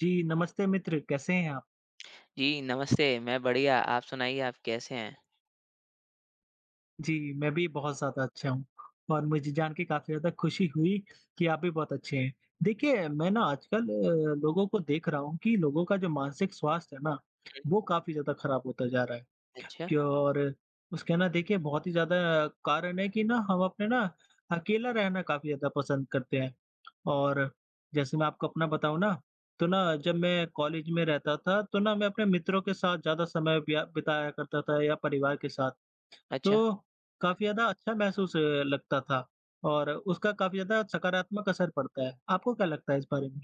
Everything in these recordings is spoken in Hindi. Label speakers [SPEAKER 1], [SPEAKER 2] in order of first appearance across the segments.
[SPEAKER 1] जी, नमस्ते मित्र, कैसे हैं आप?
[SPEAKER 2] जी, नमस्ते। मैं बढ़िया, आप सुनाइए आप कैसे हैं?
[SPEAKER 1] जी, मैं भी बहुत ज़्यादा अच्छा हूँ और मुझे जान के काफ़ी ज़्यादा खुशी हुई कि आप भी बहुत अच्छे हैं। देखिए, मैं ना आजकल लोगों को देख रहा हूँ कि लोगों का जो मानसिक स्वास्थ्य है ना, वो काफ़ी ज़्यादा खराब होता जा रहा है।
[SPEAKER 2] अच्छा,
[SPEAKER 1] कि और उसके ना देखिए बहुत ही ज़्यादा कारण है कि ना हम अपने ना अकेला रहना काफ़ी ज़्यादा पसंद करते हैं। और जैसे मैं आपको अपना बताऊँ ना, तो ना जब मैं कॉलेज में रहता था तो ना मैं अपने मित्रों के साथ ज़्यादा समय बिया बिताया करता था या परिवार के साथ, तो
[SPEAKER 2] अच्छा।
[SPEAKER 1] काफ़ी ज़्यादा अच्छा महसूस लगता था और उसका काफ़ी ज़्यादा सकारात्मक असर पड़ता है। आपको क्या लगता है इस बारे में?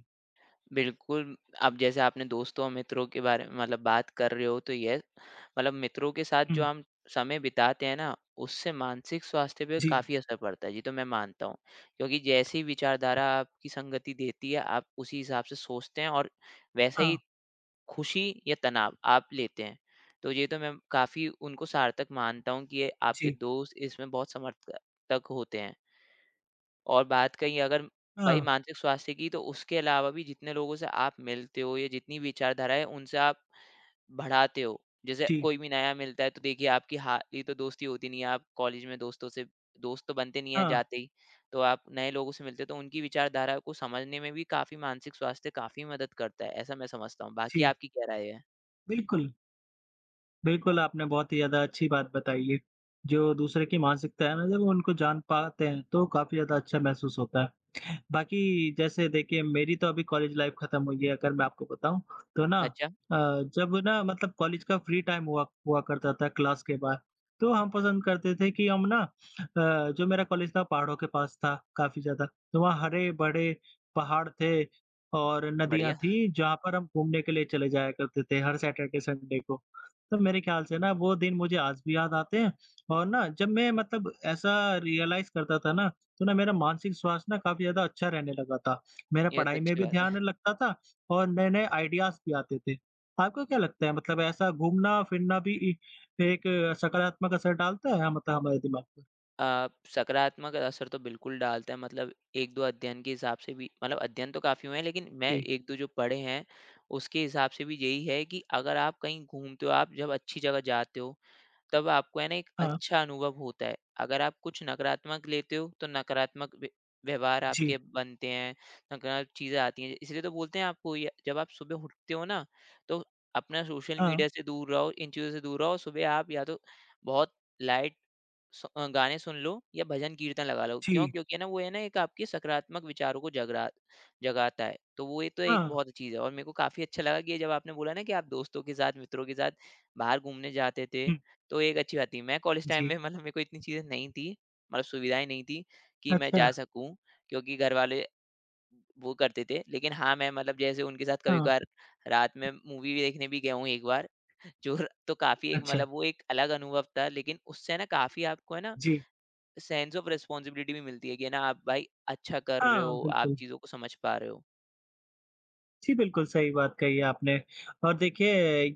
[SPEAKER 2] बिल्कुल, अब जैसे आपने दोस्तों और मित्रों के बारे में मतलब बात कर रहे हो तो ये मतलब मित्रों के साथ जो
[SPEAKER 1] हुँ।
[SPEAKER 2] हम समय बिताते हैं ना, उससे मानसिक स्वास्थ्य पे
[SPEAKER 1] जी।
[SPEAKER 2] काफ़ी असर पड़ता है, ये तो मैं मानता हूँ। क्योंकि जैसी विचारधारा आपकी संगति देती है, आप उसी हिसाब से सोचते हैं और वैसा
[SPEAKER 1] हाँ।
[SPEAKER 2] ही खुशी या तनाव आप लेते हैं। तो ये तो मैं काफ़ी उनको सार्थक मानता हूँ कि ये आपके
[SPEAKER 1] जी।
[SPEAKER 2] दोस्त इसमें बहुत समर्थक होते हैं। और बात कहीं अगर भाई
[SPEAKER 1] हाँ।
[SPEAKER 2] मानसिक स्वास्थ्य की, तो उसके अलावा भी जितने लोगों से आप मिलते हो या जितनी विचारधारा है, उनसे आप बढ़ाते हो। जैसे
[SPEAKER 1] जी।
[SPEAKER 2] कोई भी नया मिलता है, तो देखिए आपकी हाली तो दोस्ती होती नहीं है, आप कॉलेज में दोस्तों से दोस्त तो बनते नहीं हैं
[SPEAKER 1] हाँ।
[SPEAKER 2] जाते ही। तो आप नए लोगों से मिलते हो, तो उनकी विचारधारा को समझने में भी काफ़ी मानसिक स्वास्थ्य काफ़ी मदद करता है, ऐसा मैं समझता हूँ। बाकी
[SPEAKER 1] जी,
[SPEAKER 2] आपकी क्या राय है?
[SPEAKER 1] बिल्कुल। बिल्कुल, आपने बहुत ही ज़्यादा अच्छी बात बताई है। जो दूसरे की मानसिकता है ना जब वो उनको जान पाते हैं, तो काफ़ी ज़्यादा अच्छा महसूस होता है। बाकी जैसे देखिए मेरी तो अभी कॉलेज लाइफ़ खत्म हुई है अगर मैं आपको बताऊँ तो ना
[SPEAKER 2] अच्छा,
[SPEAKER 1] जब ना मतलब कॉलेज का फ्री टाइम हुआ हुआ करता था क्लास के बाद, तो हम पसंद करते थे कि हम ना जो मेरा कॉलेज था पहाड़ों के पास था काफ़ी ज़्यादा, तो वहाँ हरे-भरे पहाड़ थे और नदियाँ
[SPEAKER 2] बढ़िया।
[SPEAKER 1] थीं जहाँ पर हम घूमने के लिए चले जाया करते थे हर सैटरडे संडे को। तो मेरे ख्याल से ना वो दिन मुझे आज भी याद आते हैं और ना जब मैं मतलब ऐसा रियलाइज़ करता था ना तो ना मेरा मानसिक स्वास्थ्य ना काफ़ी ज़्यादा अच्छा रहने लगा था। मेरा
[SPEAKER 2] ये तो
[SPEAKER 1] पढ़ाई में
[SPEAKER 2] अच्छी
[SPEAKER 1] भी
[SPEAKER 2] बात
[SPEAKER 1] ध्यान
[SPEAKER 2] है।
[SPEAKER 1] लगता था और नए-नए आइडियाज़ भी आते थे। आपको क्या लगता है मतलब ऐसा घूमना-फिरना भी इ एक सकारात्मक असर डालता है मतलब हमारे दिमाग पर?
[SPEAKER 2] अ, सकारात्मक असर तो बिल्कुल डालता है मतलब एक दो अध्ययन के हिसाब से भी मतलब अध्ययन तो काफ़ी हुए हैं लेकिन मैं
[SPEAKER 1] जी।
[SPEAKER 2] एक दो जो पढ़े हैं उसके हिसाब से भी यही है कि अगर आप कहीं घूमते हो आप जब अच्छी जगह जाते हो तब आपको है ना एक
[SPEAKER 1] हाँ।
[SPEAKER 2] अच्छा अनुभव होता है। अगर आप कुछ नकारात्मक लेते हो तो नकारात्मक व्यवहार आपके
[SPEAKER 1] जी।
[SPEAKER 2] बनते हैं, नकारात्मक चीज़ें आती हैं। इसलिए तो बोलते हैं आपको ये जब आप सुबह उठते हो ना तो अपना सोशल
[SPEAKER 1] हाँ।
[SPEAKER 2] मीडिया से दूर रहो, इन चीज़ों से दूर रहो। सुबह आप या तो बहुत लाइट गाने सुन लो या भजन कीर्तन लगा लो। क्यों?
[SPEAKER 1] जी।
[SPEAKER 2] क्योंकि है ना वो है ना एक आपके सकारात्मक विचारों को जगरा जगाता है। तो वो ये तो एक
[SPEAKER 1] हाँ।
[SPEAKER 2] बहुत अच्छी चीज़ है और मेरे को काफ़ी अच्छा लगा कि ये जब आपने बोला ना कि आप दोस्तों के साथ, मित्रों के साथ बाहर घूमने जाते थे
[SPEAKER 1] हुँ।
[SPEAKER 2] तो एक अच्छी बात थी। मैं कॉलेज टाइम में
[SPEAKER 1] जी।
[SPEAKER 2] मतलब मेरे को इतनी चीज़ें नहीं थी, मतलब सुविधाएँ नहीं थी कि मैं
[SPEAKER 1] अच्छा।
[SPEAKER 2] जा सकूँ क्योंकि घर वाले वो करते थे। लेकिन हाँ, मैं मतलब जैसे उनके साथ
[SPEAKER 1] हाँ।
[SPEAKER 2] कभी-कभार रात में मूवी भी देखने भी गया हूँ एक बार, जो र तो काफ़ी एक
[SPEAKER 1] अच्छा।
[SPEAKER 2] मतलब वो एक अलग अनुभव था। लेकिन उससे ना काफ़ी आपको है ना
[SPEAKER 1] जी।
[SPEAKER 2] सेंस ऑफ रिस्पॉन्सिबिलिटी भी मिलती है कि है ना आप भाई अच्छा कर रहे
[SPEAKER 1] हाँ,
[SPEAKER 2] हो, आप
[SPEAKER 1] बिल्कुल।
[SPEAKER 2] चीज़ों को समझ पा रहे हो।
[SPEAKER 1] जी, बिल्कुल सही बात कही है आपने और देखिए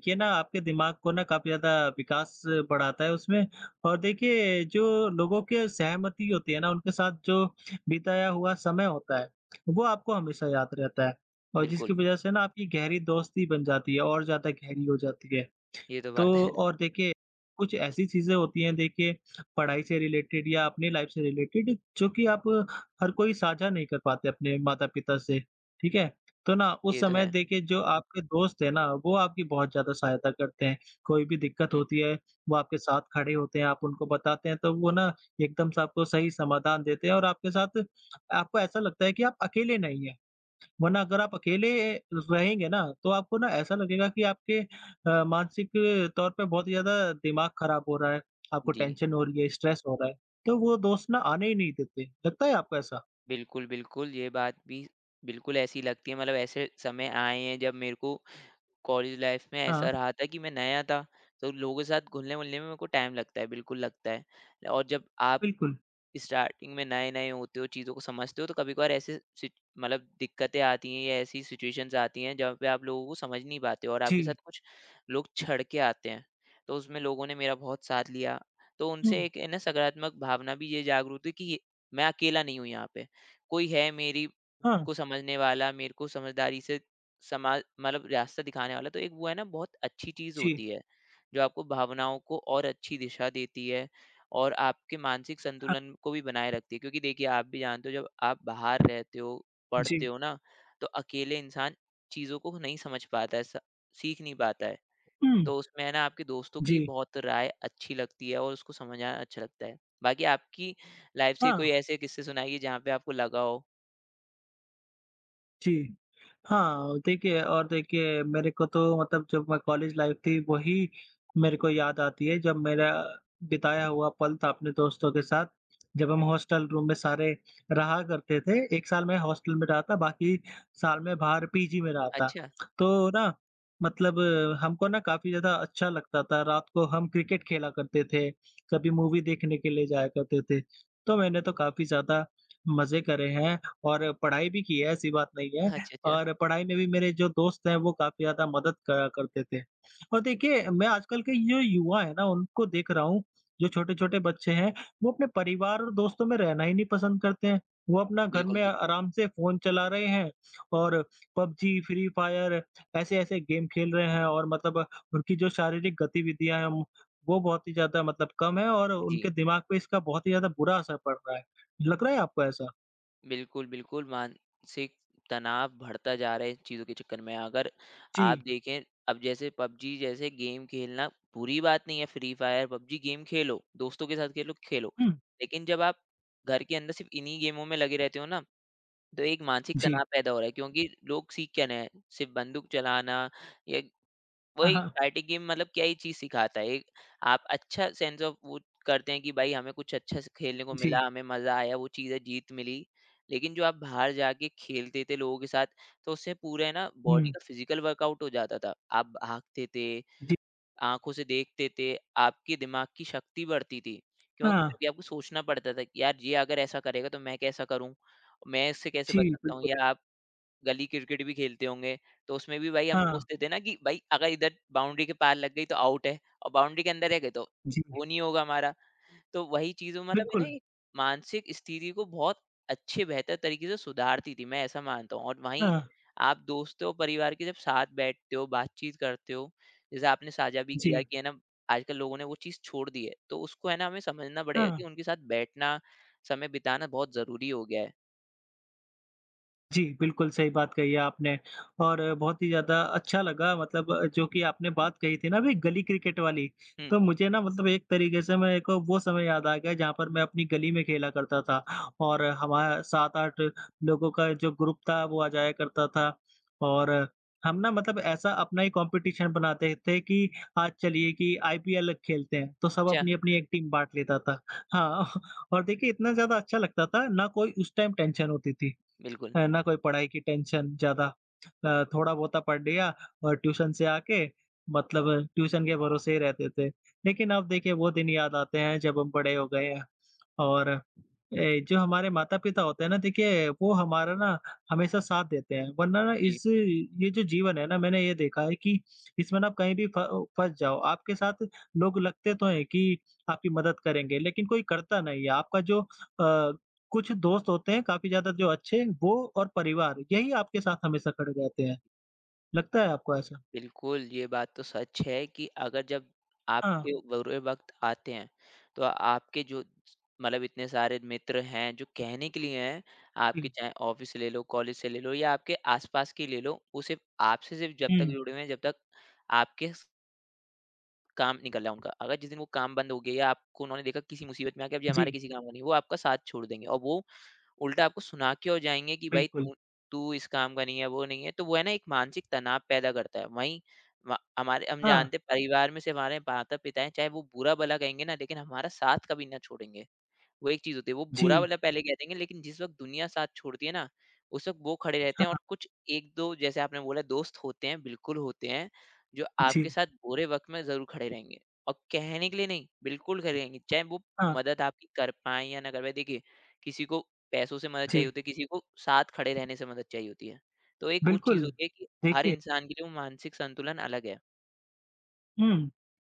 [SPEAKER 1] ये ना आपके दिमाग को ना काफ़ी ज़्यादा विकास बढ़ाता है उसमें और देखिए जो लोगों के सहमति होती है ना उनके साथ जो बिताया हुआ समय होता है, वो आपको हमेशा याद रहता है और
[SPEAKER 2] बिल्कुल,
[SPEAKER 1] जिसकी वज़ह से ना आपकी गहरी दोस्ती बन जाती है और ज़्यादा गहरी हो जाती है।
[SPEAKER 2] ये तो
[SPEAKER 1] तो
[SPEAKER 2] बात है।
[SPEAKER 1] और देखिए, कुछ ऐसी चीज़ें होती हैं देखिए पढ़ाई से रिलेटेड या अपनी लाइफ़ से रिलेटेड जो कि आप हर कोई साझा नहीं कर पाते अपने माता-पिता से, ठीक है? तो ना उस
[SPEAKER 2] ये तो
[SPEAKER 1] समय
[SPEAKER 2] है।
[SPEAKER 1] देखिए जो आपके दोस्त हैं ना, वो आपकी बहुत ज़्यादा सहायता करते हैं। कोई भी दिक्कत
[SPEAKER 2] हुँ,
[SPEAKER 1] होती है, वो आपके साथ खड़े होते हैं, आप उनको बताते हैं तो वो ना एकदम से आपको सही समाधान देते हैं और आपके साथ आपको ऐसा लगता है कि आप अकेले नहीं हैं। वरना अगर आप अकेले रहेंगे ना, तो आपको ना ऐसा लगेगा कि आपके मानसिक तौर पे बहुत ही ज़्यादा दिमाग खराब हो रहा है, आपको
[SPEAKER 2] जी।
[SPEAKER 1] टेंशन हो रही है, स्ट्रेस हो रहा है, तो वो दोस्त ना आने ही नहीं देते। लगता है आपको ऐसा?
[SPEAKER 2] बिल्कुल, बिल्कुल, ये बात भी बिल्कुल ऐसी लगती है मतलब ऐसे समय आए हैं जब मेरे को कॉलेज लाइफ में ऐसा
[SPEAKER 1] हाँ,
[SPEAKER 2] रहा था कि मैं नया था, तो लोगों के साथ घुलने-मिलने में मेरे को टाइम लगता है, बिल्कुल लगता है। और जब आप
[SPEAKER 1] बिल्कुल।
[SPEAKER 2] स्टार्टिंग में नए-नए होते हो, चीज़ों को समझते हो, तो कभी-कभार ऐसे सिच मतलब दिक्कतें आती हैं या ऐसी सिचुएशंस आती हैं, जहाँ पे आप लोगों को समझ नहीं पाते हो और
[SPEAKER 1] जी।
[SPEAKER 2] आपके साथ कुछ लोग छड़ के आते हैं। तो उसमें लोगों ने मेरा बहुत साथ लिया, तो
[SPEAKER 1] हुँ।
[SPEAKER 2] उनसे एक है ना सकारात्मक भावना भी ये जागरूक हुई कि ये मैं अकेला नहीं हूँ यहाँ पे। कोई है मेरी
[SPEAKER 1] हाँ।
[SPEAKER 2] को समझने वाला, मेरे को समझदारी से समा मतलब रास्ता दिखाने वाला, तो एक वो है ना बहुत अच्छी चीज़
[SPEAKER 1] जी।
[SPEAKER 2] होती है, जो आपको भावनाओं को और अच्छी दिशा देती है और आपके मानसिक
[SPEAKER 1] हाँ।
[SPEAKER 2] संतुलन को भी बनाए रखती है। क्योंकि देखिए, आप भी जानते हो जब आप बाहर रहते हो, पढ़ते
[SPEAKER 1] जी।
[SPEAKER 2] हो ना, तो अकेले इंसान चीज़ों को नहीं समझ पाता है, स सीख नहीं पाता है।
[SPEAKER 1] हुँ।
[SPEAKER 2] तो उसमें है ना आपके दोस्तों की
[SPEAKER 1] जी।
[SPEAKER 2] बहुत राय अच्छी लगती है और उसको समझाना अच्छा लगता है। बाकी आपकी लाइफ़ से कोई
[SPEAKER 1] हाँ।
[SPEAKER 2] ऐसे किस्से सुनाइए जहाँ पे आपको लगा हो?
[SPEAKER 1] जी। हाँ, देखिए और देखिए मेरे को तो मतलब जब मैं कॉलेज लाइफ़ थी वही मेरे को याद आती है जब मेरा बिताया हुआ पल था अपने दोस्तों के साथ। जब हम हॉस्टल रूम में सारे रहा करते थे, 1 साल मैं हॉस्टल में रहा था, बाकी साल में बाहर पीजी में रहा था।
[SPEAKER 2] अच्छा।
[SPEAKER 1] तो ना मतलब हमको ना काफ़ी ज़्यादा अच्छा लगता था, रात को हम क्रिकेट खेला करते थे, कभी मूवी देखने के लिए जाया करते थे। तो मैंने तो काफ़ी ज़्यादा मज़े करे हैं और पढ़ाई भी की है, ऐसी बात नहीं है।
[SPEAKER 2] अच्छा, अच्छा।
[SPEAKER 1] और पढ़ाई में भी मेरे जो दोस्त हैं वो काफ़ी ज़्यादा मदद करा करते थे। और देखिए मैं आजकल के जो युवा है ना उनको देख रहा हूँ, जो छोटे-छोटे बच्चे हैं वो अपने परिवार और दोस्तों में रहना ही नहीं पसंद करते हैं। वो अपना घर
[SPEAKER 2] बिल्कुल,
[SPEAKER 1] में
[SPEAKER 2] जी।
[SPEAKER 1] आराम से फ़ोन चला रहे हैं और पबजी, फ्री फायर ऐसे-ऐसे गेम खेल रहे हैं और मतलब उनकी जो शारीरिक गतिविधियाँ हैं वो बहुत ही ज़्यादा मतलब कम है और
[SPEAKER 2] जी।
[SPEAKER 1] उनके दिमाग पे इसका बहुत ही ज़्यादा बुरा असर पड़ रहा है। लग रहा है आपको ऐसा?
[SPEAKER 2] बिल्कुल, बिल्कुल, मानसिक तनाव बढ़ता जा रहा है इन चीज़ों के चक्कर में। अगर आप
[SPEAKER 1] जी।
[SPEAKER 2] देखें, अब जैसे पबजी जैसे गेम खेलना बुरी बात नहीं है, फ्री फायर, पबजी गेम खेलो, दोस्तों के साथ खेलो, खेलो।
[SPEAKER 1] हुँ।
[SPEAKER 2] लेकिन जब आप घर के अंदर सिर्फ़ इन्हीं गेमों में लगे रहते हो ना, तो एक मानसिक
[SPEAKER 1] जी।
[SPEAKER 2] तनाव पैदा हो रहा है क्योंकि लोग सीख क्या रहे हैं? सिर्फ़ बंदूक चलाना या
[SPEAKER 1] हाँ,
[SPEAKER 2] वही
[SPEAKER 1] हाँ।
[SPEAKER 2] पार्टी गेम मतलब क्या ही चीज़ सिखाता है, एक आप अच्छा सेंस ऑफ वो करते हैं कि भाई हमें कुछ अच्छा स खेलने को
[SPEAKER 1] जी।
[SPEAKER 2] मिला, हमें मज़ा आया, वो चीज़ है जीत मिली। लेकिन जो आप बाहर जाके खेलते थे लोगों के साथ, तो उससे पूरा है ना बॉडी
[SPEAKER 1] हुँ।
[SPEAKER 2] का फिज़िकल वर्कआउट हो जाता था। आप भागते थे,
[SPEAKER 1] जी,
[SPEAKER 2] आँखों से देखते थे, आपके दिमाग की शक्ति बढ़ती थी। क्यों?
[SPEAKER 1] हाँ।
[SPEAKER 2] क्योंकि अभी आपको सोचना पड़ता था कि यार ये अगर ऐसा करेगा तो मैं कैसा करूँ? मैं इससे कैसे
[SPEAKER 1] जी,
[SPEAKER 2] बच सकता हूँ?
[SPEAKER 1] बिल्कुल।
[SPEAKER 2] या आप गली क्रिकेट भी खेलते होंगे, तो उसमें भी भाई हम
[SPEAKER 1] हाँ,
[SPEAKER 2] सोचते थे ना कि भाई अगर इधर बाउंड्री के पार लग गई तो आउट है और बाउंड्री के अंदर रह गए तो
[SPEAKER 1] जी,
[SPEAKER 2] वो नहीं होगा हमारा। तो वही चीज़ों मतलब है ना
[SPEAKER 1] बिल्कुल।
[SPEAKER 2] ये मानसिक स्थिति को बहुत अच्छे बेहतर तरीके से सुधारती थी, मैं ऐसा मानता हूँ। और वहीं
[SPEAKER 1] हाँ,
[SPEAKER 2] आप दोस्तों और परिवार के जब साथ बैठते हो, बातचीत करते हो, जैसे आपने साझा भी किया
[SPEAKER 1] जी,
[SPEAKER 2] कि है ना आजकल लोगों ने वो चीज़ छोड़ दी है, तो उसको है ना हमें समझना पड़ेगा कि
[SPEAKER 1] हाँ।
[SPEAKER 2] उनके साथ बैठना, समय बिताना बहुत ज़रूरी हो गया है।
[SPEAKER 1] जी, बिल्कुल सही बात कही है आपने और बहुत ही ज़्यादा अच्छा लगा मतलब जो कि आपने बात कही थी ना अभी गली क्रिकेट वाली,
[SPEAKER 2] हुँ,
[SPEAKER 1] तो मुझे ना मतलब एक तरीके से मेरे को वो समय याद आ गया जहाँ पर मैं अपनी गली में खेला करता था और हमारा 7-8 लोगों का जो ग्रुप था वो आ जाया करता था और हम ना मतलब ऐसा अपना ही कॉम्पिटिशन बनाते थे कि आज चलिए कि आईपीएल खेलते हैं, तो सब
[SPEAKER 2] अच्छा,
[SPEAKER 1] अपनी-अपनी एक टीम बाँट लेता था। हाँ, और देखिए इतना ज़्यादा अच्छा लगता था ना कोई उस टाइम टेंशन होती थी।
[SPEAKER 2] बिल्कुल।
[SPEAKER 1] है ना कोई पढ़ाई की टेंशन ज़्यादा। थोड़ा बहुता पढ़ लिया और ट्यूशन से आके मतलब ट्यूशन के भरोसे ही रहते थे। लेकिन अब देखिए वो दिन याद आते हैं जब हम बड़े हो गए हैं और जो हमारे माता-पिता होते हैं ना देखिए वो हमारा ना हमेशा साथ देते हैं। वरना ना
[SPEAKER 2] जी।
[SPEAKER 1] इस ये जो जीवन है ना मैंने ये देखा है कि इसमें ना आप कहीं भी फ फँस जाओ, आपके साथ लोग लगते तो हैं कि आपकी मदद करेंगे लेकिन कोई करता नहीं है। आपका जो अ, कुछ दोस्त होते हैं काफ़ी ज़्यादा जो अच्छे, वो और परिवार, यही आपके साथ हमेशा खड़े रहते हैं। लगता है आपको ऐसा?
[SPEAKER 2] बिल्कुल, ये बात तो सच है कि अगर जब
[SPEAKER 1] हाँ,
[SPEAKER 2] आपके बुरे वक़्त आते हैं, तो आपके जो मतलब इतने सारे मित्र हैं जो कहने के लिए हैं, आपके
[SPEAKER 1] जी।
[SPEAKER 2] चाहे ऑफ़िस से ले लो, कॉलेज से ले लो या आपके आस-पास के ले लो, वो सिर्फ़ आपसे सिर्फ़ जब तक
[SPEAKER 1] हुँ,
[SPEAKER 2] जुड़े हुए हैं, जब तक आपके स काम निकल रहा है उनका। अगर जिस दिन वो काम बंद हो गया या आपको उन्होंने देखा किसी मुसीबत में आके अब ये हमारे
[SPEAKER 1] जी,
[SPEAKER 2] किसी काम का नहीं है, वो आपका साथ छोड़ देंगे और वो उल्टा आपको सुना के और जाएँगे कि भाई
[SPEAKER 1] बिल्कुल।
[SPEAKER 2] तू तू इस काम का नहीं है, वो नहीं है, तो वो है ना एक मानसिक तनाव पैदा करता है। वहीं व हमारे हम
[SPEAKER 1] हाँ,
[SPEAKER 2] जानते हैं परिवार में से हमारे माता-पिता हैं, चाहे वो बुरा-भला कहेंगे ना, लेकिन हमारा साथ कभी ना छोड़ेंगे। वो एक चीज़ होती है, वो बुरा
[SPEAKER 1] जी,
[SPEAKER 2] वाला पहले कह देंगे लेकिन जिस वक़्त दुनिया साथ छोड़ती है ना, उस वक़्त वो खड़े रहते हैं
[SPEAKER 1] हाँ,
[SPEAKER 2] और कुछ 1-2 जैसे आपने बोला दोस्त होते हैं, बिल्कुल होते हैं, जो आपके
[SPEAKER 1] जी,
[SPEAKER 2] साथ बुरे वक़्त में ज़रूर खड़े रहेंगे और कहने के लिए नहीं, बिल्कुल खड़े रहेंगे, चाहे वो
[SPEAKER 1] हाँ,
[SPEAKER 2] मदद आपकी कर पाएँ या ना कर पाएँ। देखिए, किसी को पैसों से मदद चाहिए
[SPEAKER 1] जी,
[SPEAKER 2] होती है, किसी को साथ खड़े रहने से मदद चाहिए होती है। तो एक वो चीज़
[SPEAKER 1] बिल्कुल।
[SPEAKER 2] होती है कि हर
[SPEAKER 1] देखिए।
[SPEAKER 2] इंसान के लिए वो मानसिक संतुलन अलग है।
[SPEAKER 1] हुँ।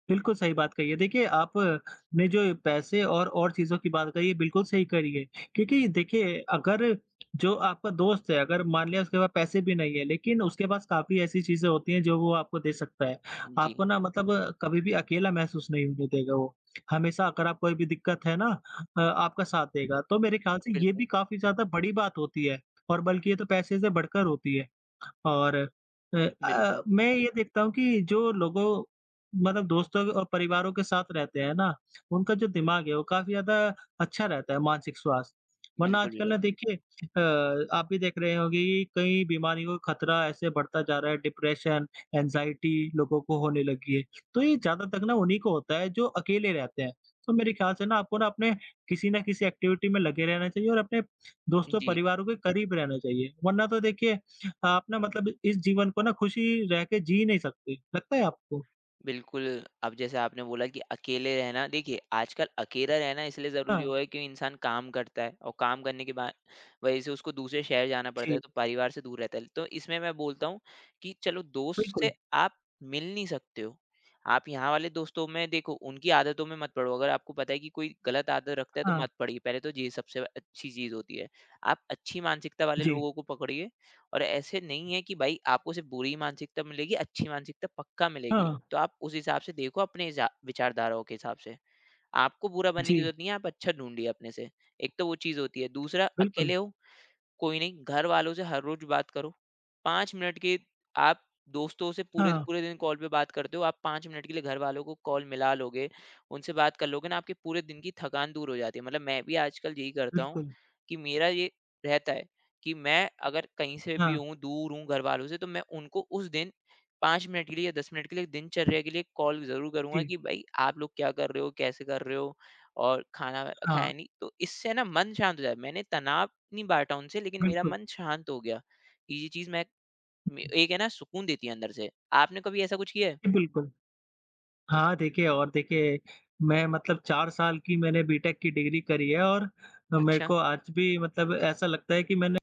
[SPEAKER 1] बिल्कुल सही बात कही है। देखिए आपने जो पैसे और चीज़ों की बात कही है बिल्कुल सही करी है। क्योंकि देखिए अगर जो आपका दोस्त है अगर मान लिया उसके पास पैसे भी नहीं है लेकिन उसके पास काफ़ी ऐसी चीज़ें होती हैं जो वो आपको दे सकता है।
[SPEAKER 2] जी,
[SPEAKER 1] आपको ना मतलब कभी भी अकेला महसूस नहीं होने देगा वो। हमेशा अगर आप कोई भी दिक्कत है ना आपका साथ देगा। तो मेरे ख्याल से ये
[SPEAKER 2] बिल्कुल,
[SPEAKER 1] भी काफ़ी ज़्यादा बड़ी बात होती है और बल्कि ये तो पैसे से बढ़कर होती है। और
[SPEAKER 2] बिल्कुल,
[SPEAKER 1] मैं ये देखता हूँ कि जो लोगों मतलब दोस्तों और परिवारों के साथ रहते हैं ना, उनका जो दिमाग है वो काफ़ी ज़्यादा अच्छा रहता है मानसिक स्वास्थ्य। वरना
[SPEAKER 2] बिल्कुल,
[SPEAKER 1] आजकल
[SPEAKER 2] बिल्कुल।
[SPEAKER 1] ना देखिए आप भी देख रहे होंगे कि कई बीमारियों का खतरा ऐसे बढ़ता जा रहा है, डिप्रेशन, एंग्ज़ायटी लोगों को होने लगी है। तो ये ज़्यादातर ना उन्हीं को होता है जो अकेले रहते हैं। तो मेरे ख्याल से ना आपको ना अपने किसी न किसी एक्टिविटी में लगे रहना चाहिए और अपने दोस्तों
[SPEAKER 2] जी।
[SPEAKER 1] परिवारों के करीब रहना चाहिए। वरना तो देखिए आप ना मतलब इस जीवन को ना खुशी रह के जी नहीं सकते, लगता है आपको?
[SPEAKER 2] बिल्कुल, अब जैसे आपने बोला कि अकेले रहना देखिए आजकल अकेला रहना इसलिए ज़रूरी
[SPEAKER 1] हाँ,
[SPEAKER 2] हुआ है क्योंकि इंसान काम करता है और काम करने के बाद वजह से उसको दूसरे शहर जाना पड़ता है,
[SPEAKER 1] जी,
[SPEAKER 2] तो परिवार से दूर रहता है। तो इसमें मैं बोलता हूँ कि चलो दोस्त
[SPEAKER 1] बिल्कुल,
[SPEAKER 2] से आप मिल नहीं सकते हो। आप यहाँ वाले दोस्तों में देखो उनकी आदतों में मत पड़ो, अगर आपको पता है कि कोई गलत आदत रखता है तो
[SPEAKER 1] हाँ,
[SPEAKER 2] मत पड़िए, पहले तो ये सबसे अच्छी चीज़ होती है। आप अच्छी मानसिकता वाले
[SPEAKER 1] जी,
[SPEAKER 2] लोगों को पकड़िए और ऐसे नहीं है कि भाई आपको सिर्फ बुरी मानसिकता मिलेगी, अच्छी मानसिकता पक्का मिलेगी।
[SPEAKER 1] हाँ,
[SPEAKER 2] तो आप उस हिसाब से देखो अपने हिसा विचारधाराओं के हिसाब से। आपको बुरा बनने की
[SPEAKER 1] जी,
[SPEAKER 2] ज़रूरत नहीं है, आप अच्छा ढूँढिए अपने से। एक तो वो चीज़ होती है, दूसरा
[SPEAKER 1] बिल्कुल,
[SPEAKER 2] अकेले हो कोई नहीं, घरवालों से हर रोज़ बात करो। 5 मिनट के आप दोस्तों से पूरे
[SPEAKER 1] हाँ,
[SPEAKER 2] पूरे दिन कॉल पे बात करते हो, आप 5 मिनट के लिए घरवालों को कॉल मिला लोगे, उनसे बात कर लोगे ना, आपके पूरे दिन की थकान दूर हो जाती है। मतलब मैं भी आजकल यही करता हूँ
[SPEAKER 1] बिल्कुल,
[SPEAKER 2] कि मेरा ये रहता है कि मैं अगर कहीं से भी
[SPEAKER 1] हाँ,
[SPEAKER 2] हूँ, दूर हूँ घरवालों से, तो मैं उनको उस दिन 5 मिनट के लिए या 10 मिनट के लिए दिनचर्या के लिए कॉल ज़रूर करूँगा
[SPEAKER 1] जी,
[SPEAKER 2] कि भाई आप लोग क्या कर रहे हो, कैसे कर रहे हो और खाना
[SPEAKER 1] हाँ,
[SPEAKER 2] खाया नहीं? तो इससे ना मन शांत हो जाए। मैंने तनाव नहीं बांटा उनसे लेकिन मेरा
[SPEAKER 1] बिल्कुल,
[SPEAKER 2] मन शांत हो गया। ये चीज़ मैं मे
[SPEAKER 1] जी,
[SPEAKER 2] एक है ना सुकून देती है अंदर से। आपने कभी ऐसा कुछ किया है?
[SPEAKER 1] बिल्कुल। हाँ, देखिए और देखिए मैं मतलब 4 साल की मैंने बीटेक की डिग्री करी है और मेरे
[SPEAKER 2] अच्छा,
[SPEAKER 1] को आज भी मतलब ऐसा लगता है कि मैंने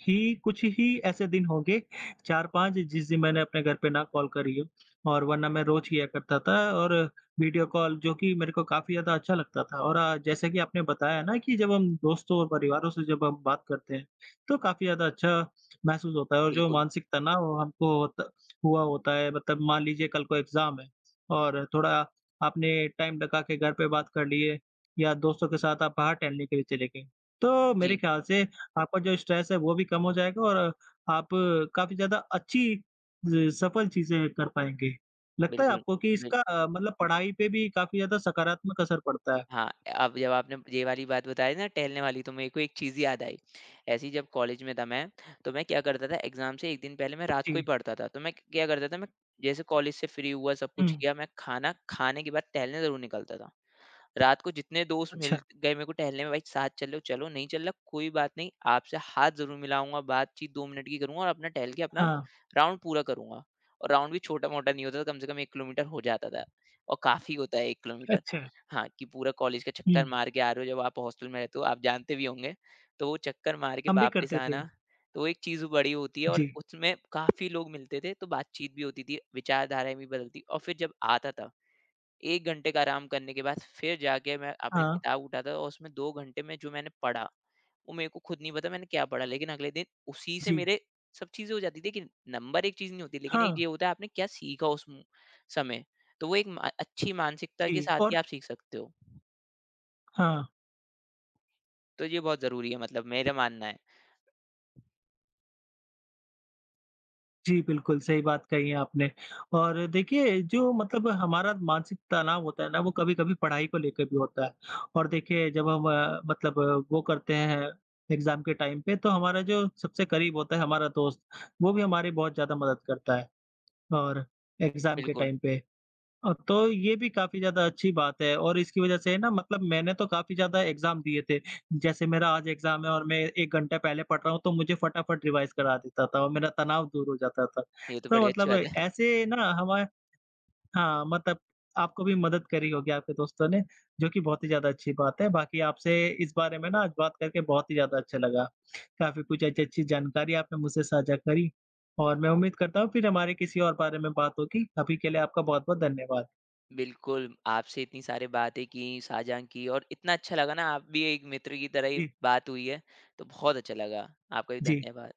[SPEAKER 1] ही कुछ ही ऐसे दिन होंगे 4-5 जिस दिन मैंने अपने घर पे ना कॉल करी हो और वरना मैं रोज़ किया करता था और वीडियो कॉल जो कि मेरे को काफ़ी ज़्यादा अच्छा लगता था और जैसे कि आपने बताया ना कि जब हम दोस्तों और परिवारों से जब हम बात करते हैं, तो काफ़ी ज़्यादा अच्छा महसूस होता है और जो
[SPEAKER 2] बिल्कुल।
[SPEAKER 1] मानसिक तनाव हमको होता हुआ होता है मतलब मान लीजिए कल को एग्ज़ाम है और थोड़ा आपने टाइम लगा के घर पे बात कर लिए या दोस्तों के साथ आप बाहर टहलने के लिए चले गए। तो मेरे
[SPEAKER 2] जी,
[SPEAKER 1] ख्याल से आपका जो स्ट्रेस है वो भी कम हो जाएगा और आप काफ़ी ज़्यादा अच्छी ज सफल चीज़ें कर पाएँगे। लगता है
[SPEAKER 2] बिल्कुल।
[SPEAKER 1] आपको कि
[SPEAKER 2] बिल
[SPEAKER 1] इसका मतलब पढ़ाई पे भी काफ़ी ज़्यादा सकारात्मक असर पड़ता है?
[SPEAKER 2] हाँ, अब जब आपने ये वाली बात बताई ना टहलने वाली तो मेरे को एक चीज़ याद आई। ऐसे ही जब कॉलेज में था मैं, तो मैं क्या करता था एग्ज़ाम से 1 दिन पहले मैं रात को ही
[SPEAKER 1] जी।
[SPEAKER 2] पढ़ता था। तो मैं क्या करता था मैं जैसे कॉलेज से फ्री हुआ सब
[SPEAKER 1] हुँ।
[SPEAKER 2] कुछ किया मैं खाना खाने के बाद टहलने ज़रूर निकलता था। रात को जितने दोस्त मिल
[SPEAKER 1] अच्छा।
[SPEAKER 2] गए मेरे को टहलने में भाई साथ चलो चलो नहीं चल रहा कोई बात नहीं आपसे हाथ जरूर मिलाऊंगा बातचीत 2 मिनट की करूंगा और अपना टहल के अपना
[SPEAKER 1] हाँ।
[SPEAKER 2] राउंड पूरा करूंगा और राउंड भी छोटा मोटा नहीं होता था कम से कम 1 किलोमीटर हो जाता था और काफी होता है 1 किलोमीटर
[SPEAKER 1] अच्छा।
[SPEAKER 2] हाँ कि पूरा कॉलेज का
[SPEAKER 1] हुँ।
[SPEAKER 2] चक्कर मार के आ रहे हो जब आप हॉस्टल में रहते हो आप जानते भी होंगे तो वो चक्कर मार के
[SPEAKER 1] हम भी
[SPEAKER 2] वापस
[SPEAKER 1] करते थे।
[SPEAKER 2] आना तो वो एक चीज बड़ी होती है और
[SPEAKER 1] जी।
[SPEAKER 2] उसमें काफी लोग मिलते थे तो बातचीत भी होती थी विचारधाराएं भी बदलती और फिर जब आता था 1 घंटे का आराम करने के बाद फिर जाके मैं अपनी
[SPEAKER 1] हाँ।
[SPEAKER 2] किताब उठाता था और उसमें 2 घंटे में जो मैंने पढ़ा, वो मेरे को खुद नहीं पता मैंने क्या पढ़ा। लेकिन अगले दिन उसी से
[SPEAKER 1] जी।
[SPEAKER 2] मेरे सब चीज़ें हो जाती थी कि नंबर एक चीज़ नहीं होती, लेकिन एक
[SPEAKER 1] हाँ।
[SPEAKER 2] ये होता है आपने क्या सीखा उस म समय। तो वो एक म अच्छी मानसिकता
[SPEAKER 1] जी
[SPEAKER 2] के साथ ही
[SPEAKER 1] और
[SPEAKER 2] आप सीख सकते हो।
[SPEAKER 1] हाँ।
[SPEAKER 2] तो ये बहुत ज़रूरी है मतलब मेरा मानना है।
[SPEAKER 1] जी, बिल्कुल, सही बात कही है आपने और देखिए जो मतलब हमारा मानसिक तनाव होता है ना, वो कभी-कभी पढ़ाई को लेकर भी होता है और देखिए जब हम मतलब वो करते हैं एग्ज़ाम के टाइम पे तो हमारा जो सबसे करीब होता है हमारा दोस्त, वो भी हमारी बहुत ज़्यादा मदद करता है और एग्ज़ाम के
[SPEAKER 2] बिल्कुल,
[SPEAKER 1] टाइम पे। तो ये भी काफ़ी ज़्यादा अच्छी बात है और इसकी वज़ह से ना मतलब मैंने तो काफ़ी ज़्यादा एग्ज़ाम दिए थे। जैसे मेरा आज एग्ज़ाम है और मैं 1 घंटा पहले पढ़ रहा हूँ, तो मुझे फटाफट रिवाइज़ करा देता था और मेरा तनाव दूर हो जाता था।
[SPEAKER 2] ये तो
[SPEAKER 1] तो
[SPEAKER 2] बड़ी अच्छी
[SPEAKER 1] मतलब
[SPEAKER 2] बात है।
[SPEAKER 1] ऐसे ना हमारे हाँ, मतलब आपको भी मदद करी होगी आपके दोस्तों ने, जो कि बहुत ही ज़्यादा अच्छी बात है। बाकी आपसे इस बारे में ना आज बात करके बहुत ही ज़्यादा अच्छा लगा। काफ़ी कुछ अच्छी-अच्छी जानकारी आपने मुझसे साझा करी और मैं उम्मीद करता हूँ फिर हमारे किसी और बारे में बात होगी। अभी के लिए आपका बहुत-बहुत धन्यवाद।
[SPEAKER 2] बिल्कुल, आपसे इतनी सारी बातें की, साझा की और इतना अच्छा लगा ना आप भी एक मित्र की तरह ही
[SPEAKER 1] जी।
[SPEAKER 2] बात हुई है, तो बहुत अच्छा लगा। आपका भी
[SPEAKER 1] जी।
[SPEAKER 2] धन्यवाद।